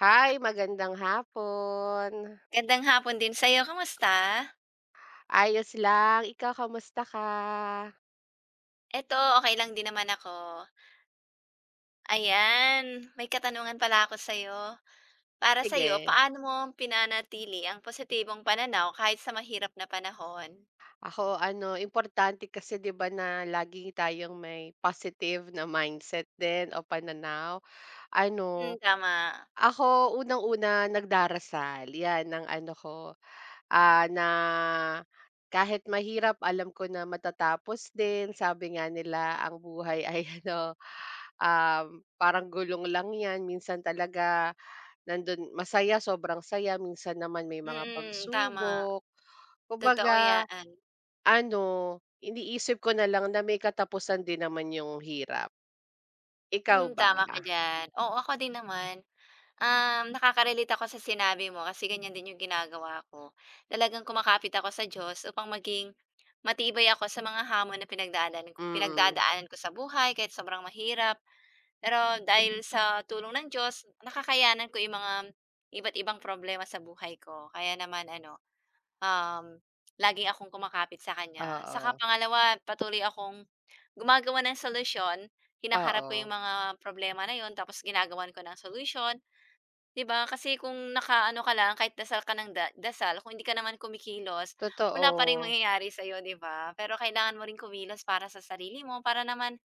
Hi, magandang hapon. Gandang hapon din sa'yo, kamusta? Ayos lang, ikaw kamusta ka? Eto, okay lang din naman ako. Ayan, may katanungan pala ako sa'yo. Para sa'yo, Sige. paano mo pinanatili ang positibong pananaw kahit sa mahirap na panahon? Ako ano, importante kasi 'di ba na lagi tayong may positive na mindset din o pananaw. Hmm, Ano, tama. ako unang-una nagdarasal, 'yan ang ano ko, na kahit mahirap alam ko na matatapos din. Sabi nga nila ang buhay ay ano, parang gulong lang 'yan minsan talaga. Nandun masaya, sobrang saya, minsan naman may mga Mm, tama. pagsubok. Totoo Kumbaga 'yan. ano, iniisip ko na lang na may katapusan din naman yung hirap. Ikaw Hmm, ba? tama ka diyan. Oo, ako din naman. Nakaka ako sa sinabi mo kasi ganyan din yung ginagawa ko. Talagang kumakapit ako sa Diyos upang maging matibay ako sa mga hamon na Mm, pinagdadaanan ko sa buhay kahit sobrang mahirap. Pero dahil sa tulong ng Diyos, nakakayanan ko yung mga iba't ibang problema sa buhay ko. Kaya naman um, lagi akong kumakapit sa Kanya. Saka oo, pangalawa, patuloy akong gumagawa ng solusyon. Hinaharap ko yung oo, mga problema na yun, tapos ginagawan ko ng solusyon. 'Di ba, kasi kung nakaano ka lang kahit dasal ka ng da dasal kung hindi ka naman kumikilos, wala pa ring totoo, mangyayari sa'yo, 'di ba? Pero kailangan mo ring kumilos para sa sarili mo para naman,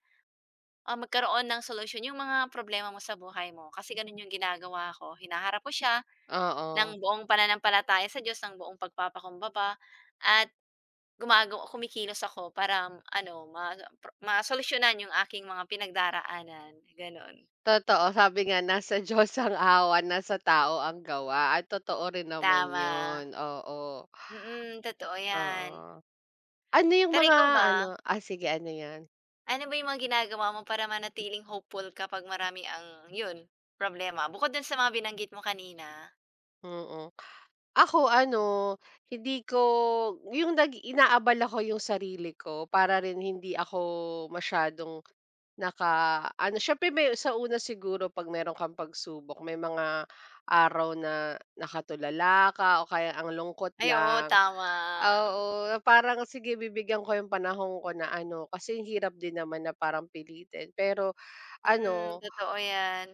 magkaroon ng solusyon yung mga problema mo sa buhay mo. Kasi gano'n yung ginagawa ko, hinaharap ko siya oo, ng buong pananampalataya sa Diyos, ng buong pagpapakumbaba at gumagawa kumikilos ako para m- ano ma pro masolusyonan yung aking mga pinagdaraanan, gano'n. totoo. Sabi nga nasa Diyos ang awa, nasa tao ang gawa at totoo rin naman Tama, yun, oo, mm, totoo 'yan. oo. Ano yung Pero mga ikaw ba, ano, sige ano yan? ano ba yung mga ginagawa mo para manatiling hopeful kapag marami ang yun, problema? Bukod dun sa mga binanggit mo kanina. Mm. Ako ano, hindi ko yung nag inaabala ko yung sarili ko para rin hindi ako masyadong naka-ano, siyempre may sa una siguro 'pag meron kang pagsubok may mga araw na nakatulala ka o kaya ang lungkot Ay oo, lang. tama. Oo, parang sige bibigyan ko yung panahon ko na ano, kasi hirap din naman na parang pilitin. Pero Mm, ano totoo yan.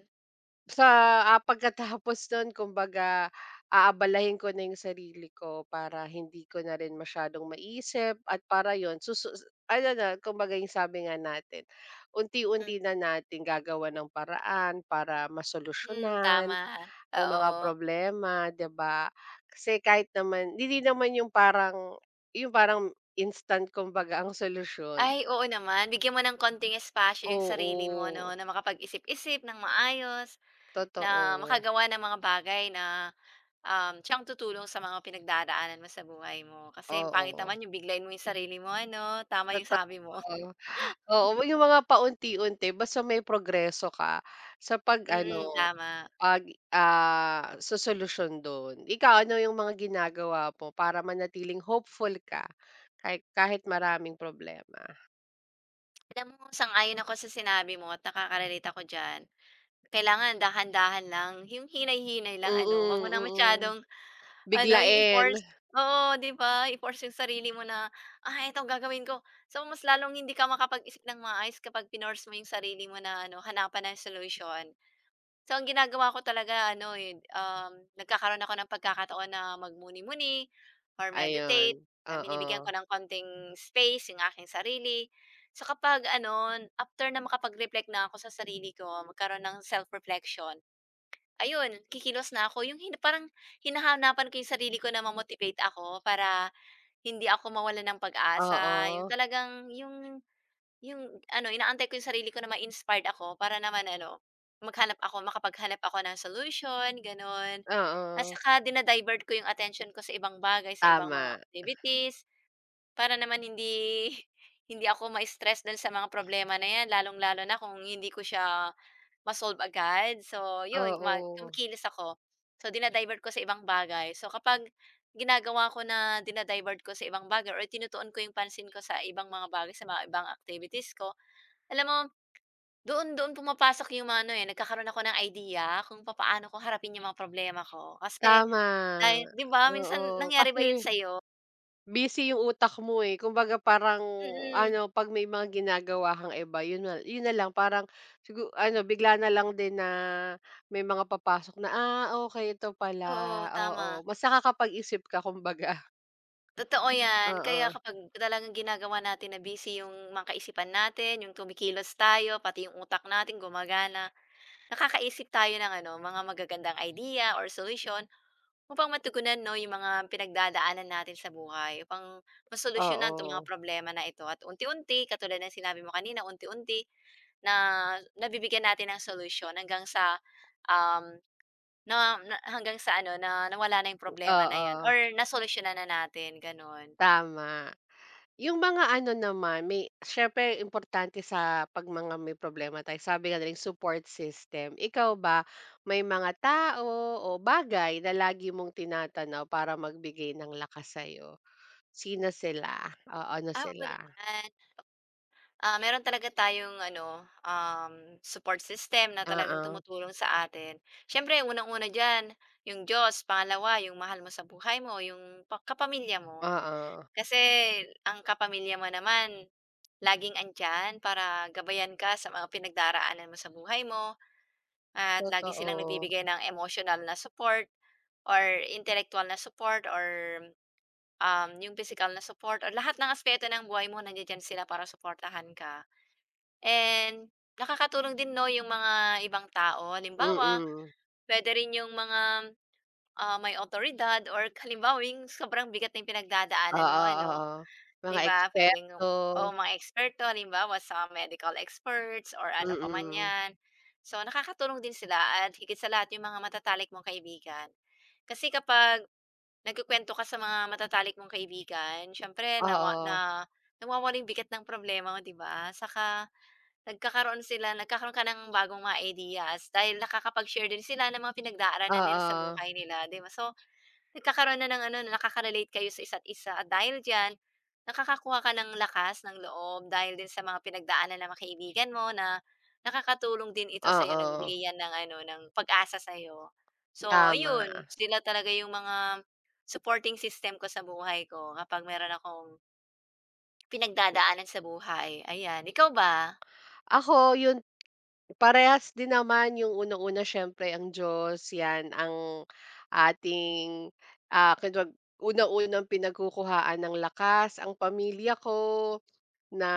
sa, pagkatapos nun kumbaga aabalahin ko na yung sarili ko para hindi ko na rin masyadong maisip at para yon susu ano, na kumbaga yung sabi nga natin, unti-unti na natin gagawan ng paraan para Mhm, masolusyonan tama, ang mga oo. problema, 'di ba? Kasi kahit naman hindi naman yung parang instant kumbaga ang solusyon. Ay oo naman, bigyan mo ng konting espasyo yung sarili mo 'no, Oo, na makapag-isip-isip ng maayos, na totoo, makagawa ng mga bagay na, siyang tutulong sa mga pinagdadaanan mo sa buhay mo. Kasi ang pangit oo. naman yung biglain mo yung sarili mo ano, tama yung Totoo. sabi mo. Oo, yung mga paunti-unti basta may progreso ka sa Mm, pag-ano, tama. Sosolusyon dun. Ikaw, ano yung mga ginagawa mo para manatiling hopeful ka kahit kahit maraming problema? Alam mo sang-ayon ako sa sinabi mo at nakaka-relate ako diyan. Kailangan dahan-dahan lang, yung hinay-hinay lang ano, 'wag mo ng Mm, mm. masyadong ano, yung Biglain, i-force oo, 'di ba? I-force yung sarili mo na, "Ah, ito gagawin ko." So, mas lalong hindi ka makapag-isip ng maayos kapag pinorse mo yung sarili mo na ano, hanapan ng solusyon. So, ang ginagawa ko talaga nagkakaroon ako ng pagkakataon na magmuni-muni or meditate, ayun. na binibigyan Oo, ko ng konting space yung aking sarili. So, kapag ano, after na makapag-reflect na ako sa sarili ko, magkaroon ng self-reflection, ayun, kikilos na ako. Yung hin parang hinahanapan ko yung sarili ko na ma ako para hindi ako mawala ng pag-asa, yung oo, talagang yung ano, inaantay ko yung sarili ko na ma-inspired ako para naman ano, maghanap ako makapaghanap ako ng solution, gano'n. At oo, saka dina ko yung attention ko sa ibang bagay, sa ibang mga tama. activities, para naman hindi hindi ako ma-stress dun sa mga problema na 'yan, lalong-lalo na kung hindi ko siya ma-solve agad. So, yun guma Oo, kumikilos ako. So, dina ko sa ibang bagay. So, kapag ginagawa ko na dina ko sa ibang bagay or tinutuon ko yung pansin ko sa ibang mga bagay, sa mga ibang activities ko alam mo, doon doon pumapasok yung mga nagkakaroon ako ng idea kung papaano ko harapin yung mga problema ko. Kasi tama. dahil 'di ba minsan Oo, nangyari ba kasi yun sa'yo? busy yung utak mo, eh, kumbaga parang Mm, ano, 'pag may mga ginagawa kang iba, yun na lang parang sigu ano, bigla na lang din na may mga papasok na, "Ah, okay ito pala." oo, Oo, tama. mas nakakapag-isip ka kumbaga. Totoo yan. Kaya kapag talagang ginagawa natin na busy yung mga kaisipan natin, yung tumikilos tayo, pati yung utak natin gumagana, nakakaisip tayo ng ano, mga magagandang idea or solution. Upang matugunan 'no, yung mga pinagdadaanan natin sa buhay, upang Oo, masolusyunan 'tong mga oo, problema na ito at unti-unti katulad ng sinabi mo kanina, unti-unti na nabibigyan natin ng solusyon hanggang sa, um, na na hanggang sa ano, na nawala na yung problema na 'yan oo, or nasolusyonan na natin, gano'n. tama. Yung mga ano naman, may siyempre importante sa 'pag mga may problema tayo, sabi nga na rin support system. Ikaw ba, may mga tao o bagay na lagi mong tinatanaw para magbigay ng lakas sa'yo? Sino sila? O ano Ah, oo sila? naman. Ah, meron talaga tayong support system na talagang Oo, tumutulong sa atin. Siyempre unang-una diyan, yung Diyos, pangalawa yung mahal mo sa buhay mo, yung pa kapamilya mo. oo, Kasi ang kapamilya mo naman laging andiyan para gabayan ka sa mga pinagdaraanan mo sa buhay mo at lagi silang totoo. nagbibigay ng emotional na support or intellectual na support or, yung physical na support or lahat ng aspeto ng buhay mo nandiya-diyan sila para supportahan ka. And nakakatulong din 'no yung mga ibang tao. Mm. Halimbawa, Mm. puwede rin yung mga, may awtoridad or halimbawa yung sobrang bigat ng pinagdadaanan mo Oo, ano, oo. 'di Mga ba? Puwedeng eksperto, oo, mga eksperto halimbawa sa medical experts or ano pa man mm. 'yan. So, nakakatulong din sila at higit sa lahat yung mga matatalik mong kaibigan. Kasi kapag nagkukuwento ka sa mga matatalik mong kaibigan, siyempre nawa Oo, na nawawalang bigat ng problema mo, 'di ba? Saka Nagkakaroon sila nagkakaroon ka ng bagong mga ideas dahil nakakapag-share din sila ng mga pinagdaraanan nila sa oo, buhay nila, 'di ba? So, nagkakaroon na ng ano, nakaka-relate kayo sa isa't isa at dahil diyan, nakakakuha ka ng lakas ng loob dahil din sa mga pinagdaanan ng mga kaibigan mo na nakakatulong din ito sa'yo, oo, nagbibigay yan ng ano, ng pag-asa sa'yo. So, ayun, tama. sila talaga yung mga supporting system ko sa buhay ko kapag meron akong pinagdadaanan sa buhay, ayan. Ikaw ba? Ako yun. Parehas din naman, yung unang-una siyempre ang Diyos, 'yan ang ating, kunwag unang-unang pinagkukuhaan ng lakas, ang pamilya ko, na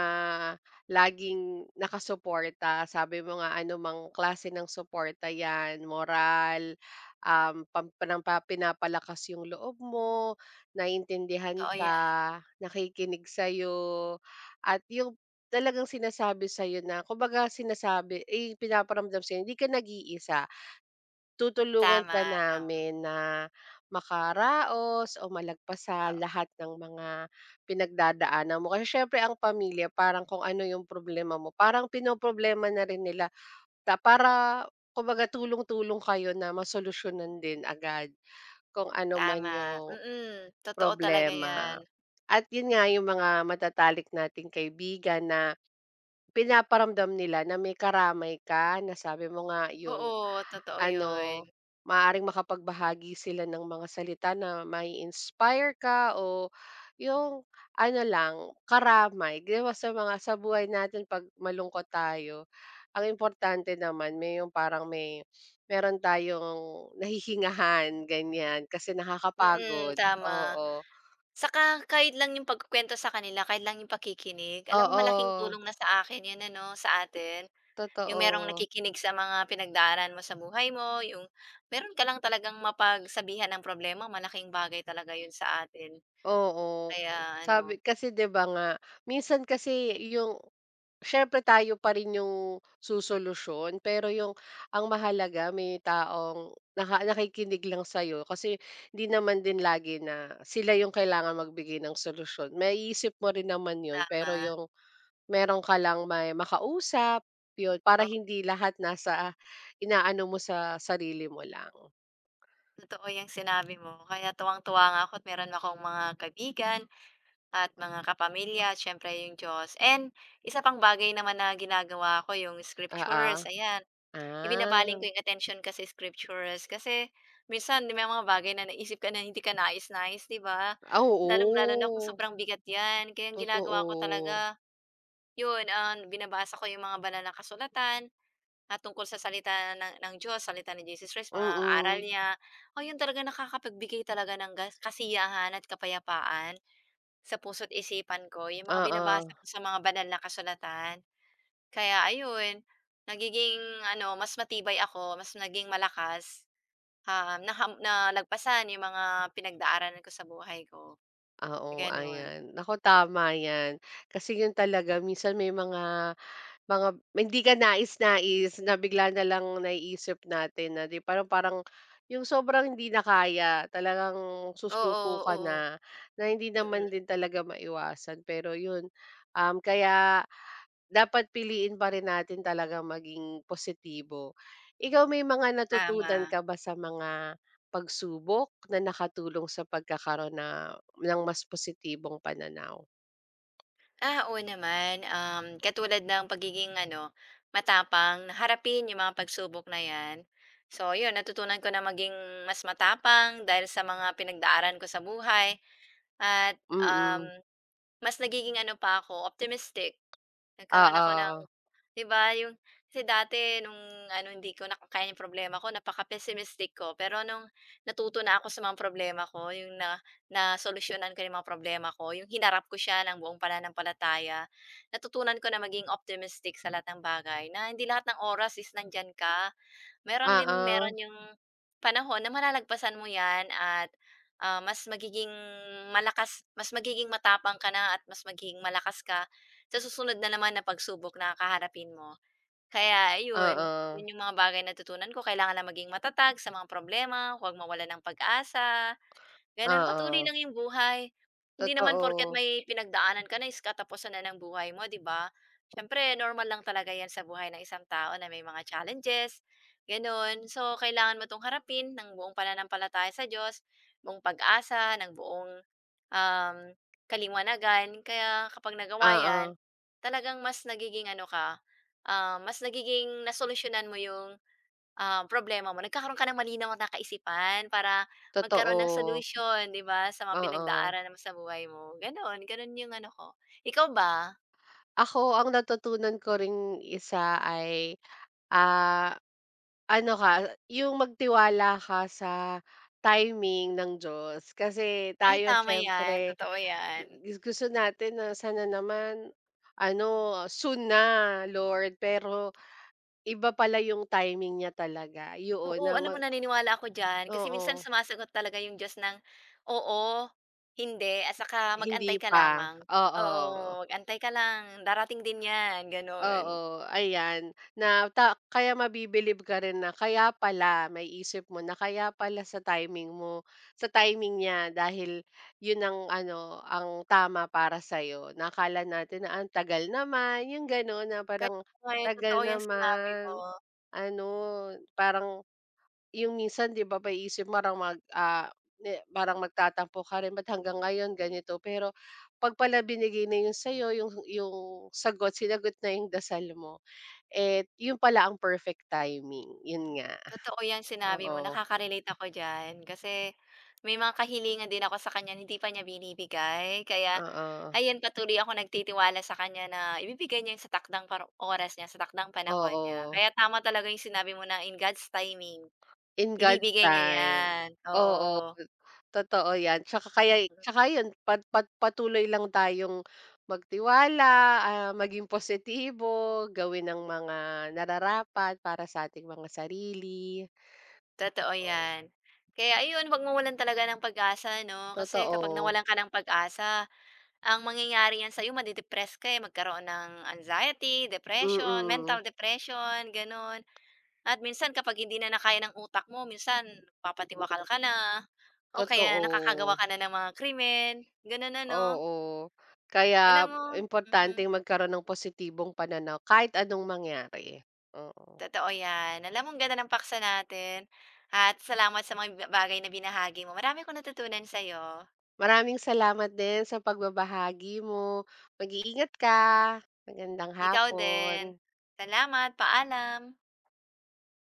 laging nakasuporta, sabi mo nga anumang klase ng suporta 'yan, moral, pam nampa pinapalakas yung loob mo, naiintindihan Oo, yan. ka, nakikinig sa'yo, at yung talagang sinasabi sa'yo na kumbaga sinasabi eh pinaparamdam sa'yo hindi ka nag-iisa. Tutulungan Tama, ka tama, namin na makaraos o malagpas sa oo, lahat ng mga pinagdadaanan mo. Kasi siyempre ang pamilya parang kung ano yung problema mo, parang pinoproblema na rin nila, para kumbaga tulong-tulong kayo na masolusyunan din agad kung ano man tama, yung mm, totoo talaga problema. 'yan. At yun nga yung mga matatalik nating kaibigan na pinaparamdam nila na may karamay ka, na sabi mo nga yung Oo, totoo ano, 'yun, maaaring makapagbahagi sila ng mga salita na mai-inspire ka o yung ano lang, karamay. 'Di ba sa mga sa buhay natin 'pag malungkot tayo, ang importante naman may yung parang may meron tayong nahihingahan, ganyan. Kasi mm, nakakapagod, tama. oo. Saka kahit lang yung pagkukuwento sa kanila, kahit lang yung pakikinig, alam mo malaking Oo, tulong na sa akin 'yun ano, sa atin. Yung merong totoo. nakikinig sa mga pinagdaanan mo sa buhay mo, yung meron ka lang talagang mapagsabihan ng problema, malaking bagay talaga 'yun sa atin. Oo, Kaya sabi ano, kasi 'di ba nga, minsan kasi yung siyempre tayo pa rin yung sosolusyon, pero yung ang mahalaga may taong nakikinig lang sa'yo, kasi hindi naman din lagi na sila yung kailangan magbigay ng solusyon. Maiisip mo rin naman yun, pero tama, yung meron ka lang may makausap, yun, para oo, hindi lahat nasa inaano mo sa sarili mo lang. totoo 'yang sinabi mo, kaya tuwang-tuwa nga ako at meron akong mga kaibigan. At mga kapamilya, siyempre yung Diyos. And isa pang bagay naman na ginagawa ko yung Oo. scriptures, Ah, ayan. ah, Ibinabaling ko yung attention kasi scriptures kasi minsan may mga bagay na naisip ka na hindi ka nais-nais, 'di ba? ah, Lalong-lalo na kung oo. sobrang bigat 'yan. Kaya ang ginagawa ko Totoo. talaga, binabasa ko yung mga banal na kasulatan at tungkol sa salita ng Diyos, salita ni Jesus Christ, Mm, mga aral mm, niya. O yun talaga nakakapagbigay talaga ng gas- kasiyahan at kapayapaan. Sa puso't isipan ko yung mga binabasa oo. ko sa mga banal na kasulatan. Kaya ayun, nagiging ano, mas matibay ako, mas naging malakas, na na lagpasan yung mga pinagdaraanan ko sa buhay ko, Ah, oo, gano'n. ayan. Nako, tama 'yan. Kasi 'yun talaga minsan may mga hindi ka nais-nais na bigla na lang naiisip natin na 'di, parang parang 'yung sobrang hindi na kaya, talagang Oo, susuko ka oo, na, na hindi mm, naman din talaga maiwasan. Pero 'yun, kaya dapat piliin pa rin natin talaga maging positibo. Ikaw may mga natutunan tama. ka ba sa mga pagsubok na nakatulong sa pagkakaroon na ng mas positibong pananaw? Oo naman, katulad ng pagiging ano, matapang na harapin yung mga pagsubok na 'yan. So 'yun, natutunan ko na maging mas matapang dahil sa mga pinagdaaran ko sa buhay. At, um, Mm, Mas nagiging ano pa ako, optimistic. Nagkaroon ako oo, ng 'di ba yung kasi dati nung ano, hindi ko na kakayanin problema ko napaka-pessimistic ko. Pero nung natuto na ako sa mga problema ko, yung na nasolusyonan ko yung mga problema ko, yung hinarap ko siya ng buong pananampalataya, natutunan ko na maging optimistic sa lahat ng bagay, na hindi lahat ng oras is nandiyan ka. Meron din meron oo, yung panahon na malalagpasan mo 'yan at, mas magiging malakas mas magiging matapang ka na at mas magiging malakas ka sa susunod na naman na pagsubok na kaharapin mo. Kaya yun oo, yun yung mga bagay na tutunan ko, kailangan lang maging matatag sa mga problema, huwag mawalan ng pag-asa. Gano'n, patuloy oo, lang 'yung buhay. Hindi naman porket totoo, may pinagdaanan ka na is katapusan na ng buhay mo, 'di ba? Siyempre normal lang talaga 'yan sa buhay ng isang tao na may mga challenges, gano'n. So, kailangan mo 'tong harapin ng buong pananampalataya sa Diyos, buong pag-asa, ng buong, um, kaliwanagan. Kaya kapag nagawa 'yan, oo, talagang mas nagiging ano ka, mas nagiging nasolusyonan mo 'yung problema mo, nagkakaroon ka ng malinaw na kaisipan para magkaroon ng totoo, solusyon, 'di ba, sa mga oo. pinagdaanan mo sa buhay mo, gano'n. Gano'n yung ano ko. Ikaw ba? Ako ang natutunan ko ring isa ay, Ah, ano ka, yung magtiwala ka sa timing ng Diyos. Kasi Ay, tayo tama 'yan, siyempre totoo 'yan. Gusto natin na sana naman ano, soon na Lord, pero iba pala yung timing niya talaga. Yun Oo, na alam mo naniniwala ako diyan kasi minsan oo, sumasagot talaga yung Diyos ng oo, hindi, at saka mag-antay hindi ka pa, lamang. Oo, oo. mag-antay ka lang, darating din 'yan, gano'n. Oo, ayan. Na kaya mabibilib ka rin, na kaya pala may isip mo, na kaya pala sa timing mo, sa timing niya, dahil yun ang ano, ang tama para sa'yo. Na akala natin na ang tagal naman, yung gano'n na Kaya parang ay, tagal totoo yung sinabi mo. naman, ano, parang yung minsan 'di ba maiisip mo parang ni parang magtatampo ka rin, ba't hanggang ngayon ganito. Pero 'pag pala binigay na yun sa'yo, yung sagot, sinagot na yung dasal mo. Eh, yun pala ang perfect timing, yun nga. Totoo 'yan sinabi mo, Oo, nakaka-relate ako diyan. Kasi may mga kahilingan din ako sa kanya hindi pa niya binibigay. Kaya oo, ayan, patuloy ako nagtitiwala sa kanya na ibibigay niya 'yun sa takdang paro oras niya, sa takdang panahon niya. oo, Kaya tama talaga 'yung sinabi mo na in God's timing, in God's ibibigay niya time. 'yan. Oo, Oo, totoo yan, tsaka kaya tsaka yun pat pat patuloy lang tayong magtiwala, maging positibo, gawin ang mga nararapat para sa ating mga sarili. totoo 'yan. Kaya ayun, 'wag mawalan talaga ng pag-asa 'no, kasi kapag Totoo, nawalan ka ng pag-asa ang mangyayari yan sa'yo made-depress ka, eh, magkaroon ng anxiety, depression, mm, mental depression, gano'n. At minsan kapag hindi na na ng utak mo minsan papatiwakal ka na o kaya nakakagawa totoo. ka na ng mga krimen, gano'n ano. Oo, kaya Alam mo mhm, importanteng magkaroon ng positibong pananaw kahit anong mangyari, oo. totoo yan. Alam mo ang ganda ng paksa natin at salamat sa mga bagay na binahagi mo. Marami akong natutunan sa'yo. Maraming salamat din sa pagbabahagi mo, mag-iingat ka, magandang Ikaw hapon. din. Salamat, paalam.